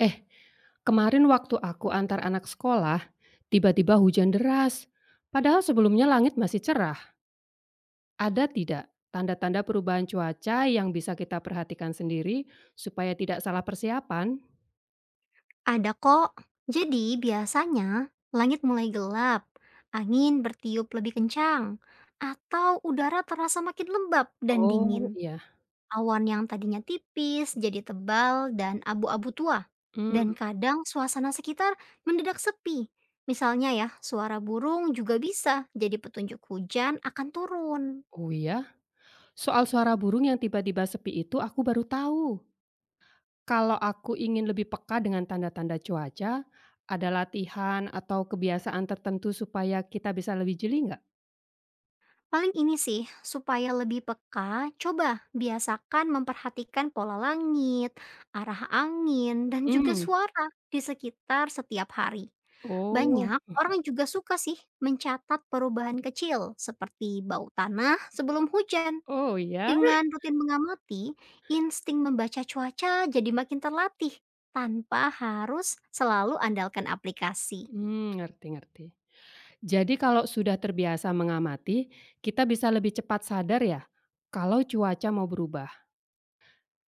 Eh, Kemarin waktu aku antar anak sekolah, tiba-tiba hujan deras. Padahal sebelumnya langit masih cerah. Ada tidak tanda-tanda perubahan cuaca yang bisa kita perhatikan sendiri supaya tidak salah persiapan? Ada kok. Jadi biasanya langit mulai gelap, angin bertiup lebih kencang, atau udara terasa makin lembab dan Oh dingin. iya. Awan yang tadinya tipis jadi tebal dan abu-abu tua. mmm, Dan kadang suasana sekitar mendadak sepi. Misalnya ya, suara burung juga bisa jadi petunjuk hujan akan turun. oh iya? Soal suara burung yang tiba-tiba sepi itu aku baru tahu. Kalau aku ingin lebih peka dengan tanda-tanda cuaca, ada latihan atau kebiasaan tertentu supaya kita bisa lebih jeli nggak? Paling ini sih, supaya lebih peka, coba biasakan memperhatikan pola langit, arah angin, dan juga hmm suara di sekitar setiap hari. oh, Banyak orang juga suka sih mencatat perubahan kecil seperti bau tanah sebelum hujan. oh iya? Dengan rutin mengamati, insting membaca cuaca jadi makin terlatih tanpa harus selalu andalkan aplikasi. Ngerti, ngerti. Jadi kalau sudah terbiasa mengamati, kita bisa lebih cepat sadar ya kalau cuaca mau berubah.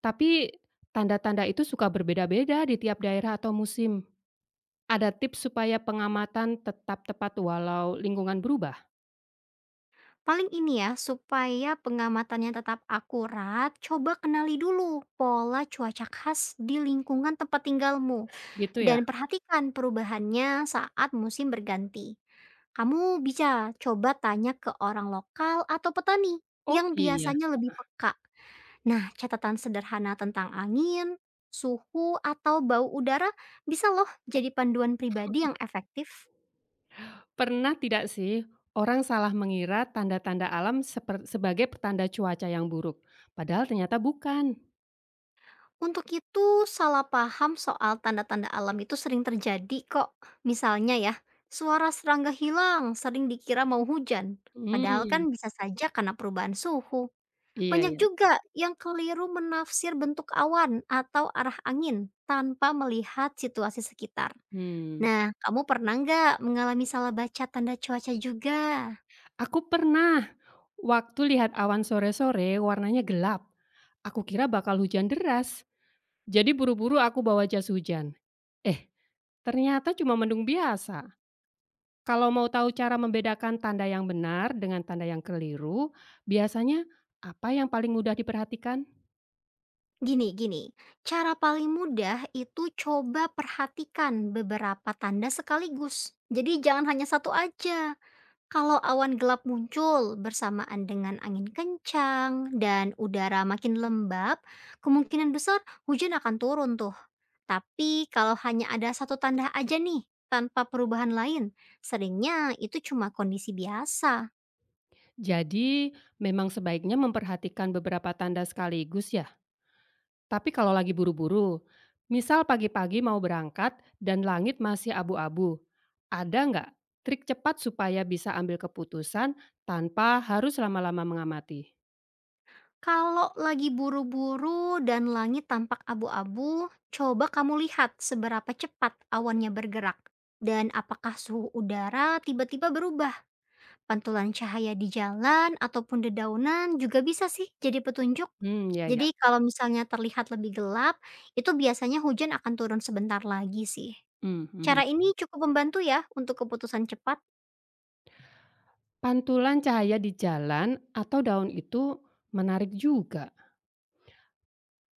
Tapi tanda-tanda itu suka berbeda-beda di tiap daerah atau musim. Ada tips supaya pengamatan tetap tepat walau lingkungan berubah? Paling ini ya, supaya pengamatannya tetap akurat, coba kenali dulu pola cuaca khas di lingkungan tempat tinggalmu Gitu ya? dan perhatikan perubahannya saat musim berganti. Kamu bisa coba tanya ke orang lokal atau petani Oh yang iya. biasanya lebih peka. Nah, catatan sederhana tentang angin, suhu, atau bau udara bisa loh jadi panduan pribadi yang efektif. Pernah tidak sih orang salah mengira tanda-tanda alam sebagai pertanda cuaca yang buruk, padahal ternyata bukan? Untuk itu, salah paham soal tanda-tanda alam itu sering terjadi kok. Misalnya ya, suara serangga hilang sering dikira mau hujan. Padahal Hmm. kan bisa saja karena perubahan suhu. Iya Banyak ya. juga yang keliru menafsir bentuk awan atau arah angin tanpa melihat situasi sekitar. Hmm. Nah, kamu pernah nggak mengalami salah baca tanda cuaca juga? Aku pernah. Waktu lihat awan sore-sore warnanya gelap. Aku kira bakal hujan deras. Jadi buru-buru aku bawa jas hujan. Eh, Ternyata cuma mendung biasa. Kalau mau tahu cara membedakan tanda yang benar dengan tanda yang keliru, biasanya apa yang paling mudah diperhatikan? Gini. Cara paling mudah itu coba perhatikan beberapa tanda sekaligus. Jadi jangan hanya satu aja. Kalau awan gelap muncul bersamaan dengan angin kencang dan udara makin lembab, kemungkinan besar hujan akan turun tuh. Tapi kalau hanya ada satu tanda aja nih, tanpa perubahan lain, seringnya itu cuma kondisi biasa. Jadi, memang sebaiknya memperhatikan beberapa tanda sekaligus ya. Tapi kalau lagi buru-buru, misal pagi-pagi mau berangkat dan langit masih abu-abu, ada nggak trik cepat supaya bisa ambil keputusan tanpa harus lama-lama mengamati? Kalau lagi buru-buru dan langit tampak abu-abu, coba kamu lihat seberapa cepat awannya bergerak dan apakah suhu udara tiba-tiba berubah. Pantulan cahaya di jalan ataupun dedaunan juga bisa sih jadi petunjuk. Hmm, ya ya. Jadi kalau misalnya terlihat lebih gelap, itu biasanya hujan akan turun sebentar lagi sih. Hmm, Cara mhm. ini cukup membantu ya untuk keputusan cepat. Pantulan cahaya di jalan atau daun itu menarik juga.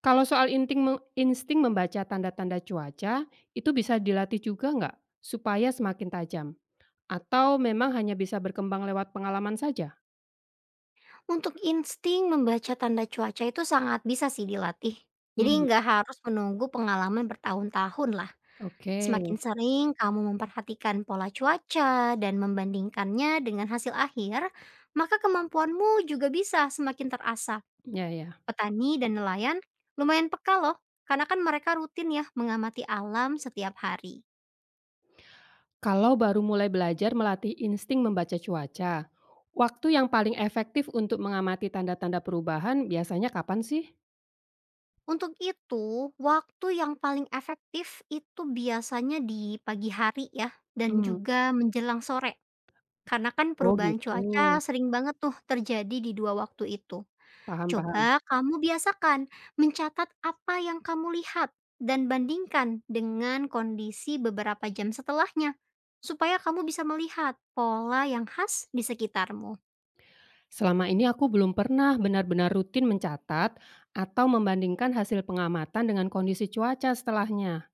Kalau soal inting me insting membaca tanda-tanda cuaca, itu bisa dilatih juga nggak supaya semakin tajam? Atau memang hanya bisa berkembang lewat pengalaman saja? Untuk insting membaca tanda cuaca itu sangat bisa sih dilatih. Jadi Hmm, nggak harus menunggu pengalaman bertahun-tahun lah. oke. Semakin sering kamu memperhatikan pola cuaca dan membandingkannya dengan hasil akhir, maka kemampuanmu juga bisa semakin terasa. Ya ya. Petani dan nelayan lumayan peka loh, karena kan mereka rutin ya mengamati alam setiap hari. Kalau baru mulai belajar melatih insting membaca cuaca, waktu yang paling efektif untuk mengamati tanda-tanda perubahan biasanya kapan sih? Untuk itu, waktu yang paling efektif itu biasanya di pagi hari ya, dan Hmm. juga menjelang sore. Karena kan Oh perubahan gitu, cuaca sering banget tuh terjadi di dua waktu itu. paham paham. Coba kamu biasakan mencatat apa yang kamu lihat dan bandingkan dengan kondisi beberapa jam setelahnya. Supaya kamu bisa melihat pola yang khas di sekitarmu. Selama ini aku belum pernah benar-benar rutin mencatat atau membandingkan hasil pengamatan dengan kondisi cuaca setelahnya.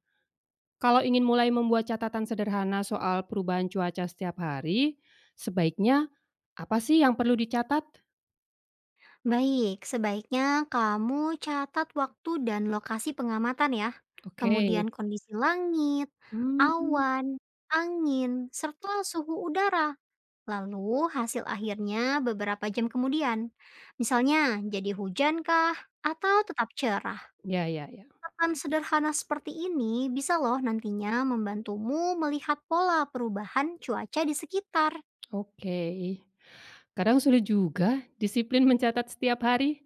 Kalau ingin mulai membuat catatan sederhana soal perubahan cuaca setiap hari, sebaiknya apa sih yang perlu dicatat? Baik, sebaiknya kamu catat waktu dan lokasi pengamatan ya. Oke. Kemudian kondisi langit, Hmm, awan, angin, serta suhu udara. Lalu hasil akhirnya beberapa jam kemudian. Misalnya jadi hujan kah atau tetap cerah. ya ya ya. Catatan sederhana seperti ini bisa loh nantinya membantumu melihat pola perubahan cuaca di sekitar. Oke. Kadang sulit juga disiplin mencatat setiap hari.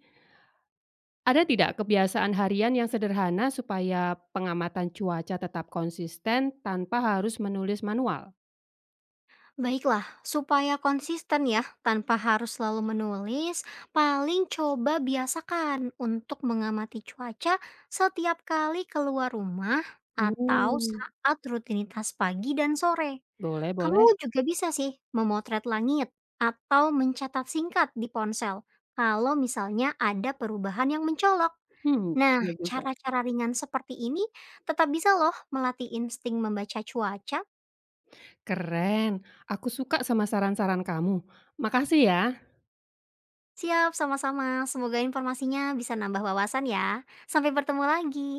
Ada tidak kebiasaan harian yang sederhana supaya pengamatan cuaca tetap konsisten tanpa harus menulis manual? Baiklah, supaya konsisten ya, tanpa harus selalu menulis, paling coba biasakan untuk mengamati cuaca setiap kali keluar rumah atau Hmm, saat rutinitas pagi dan sore. boleh boleh. Kamu juga bisa sih memotret langit atau mencatat singkat di ponsel kalau misalnya ada perubahan yang mencolok. Hmm, Nah, iya juga. cara-cara ringan seperti ini tetap bisa loh melatih insting membaca cuaca. Keren, aku suka sama saran-saran kamu. Makasih ya. Siap, sama-sama. Semoga informasinya bisa nambah wawasan ya. Sampai bertemu lagi.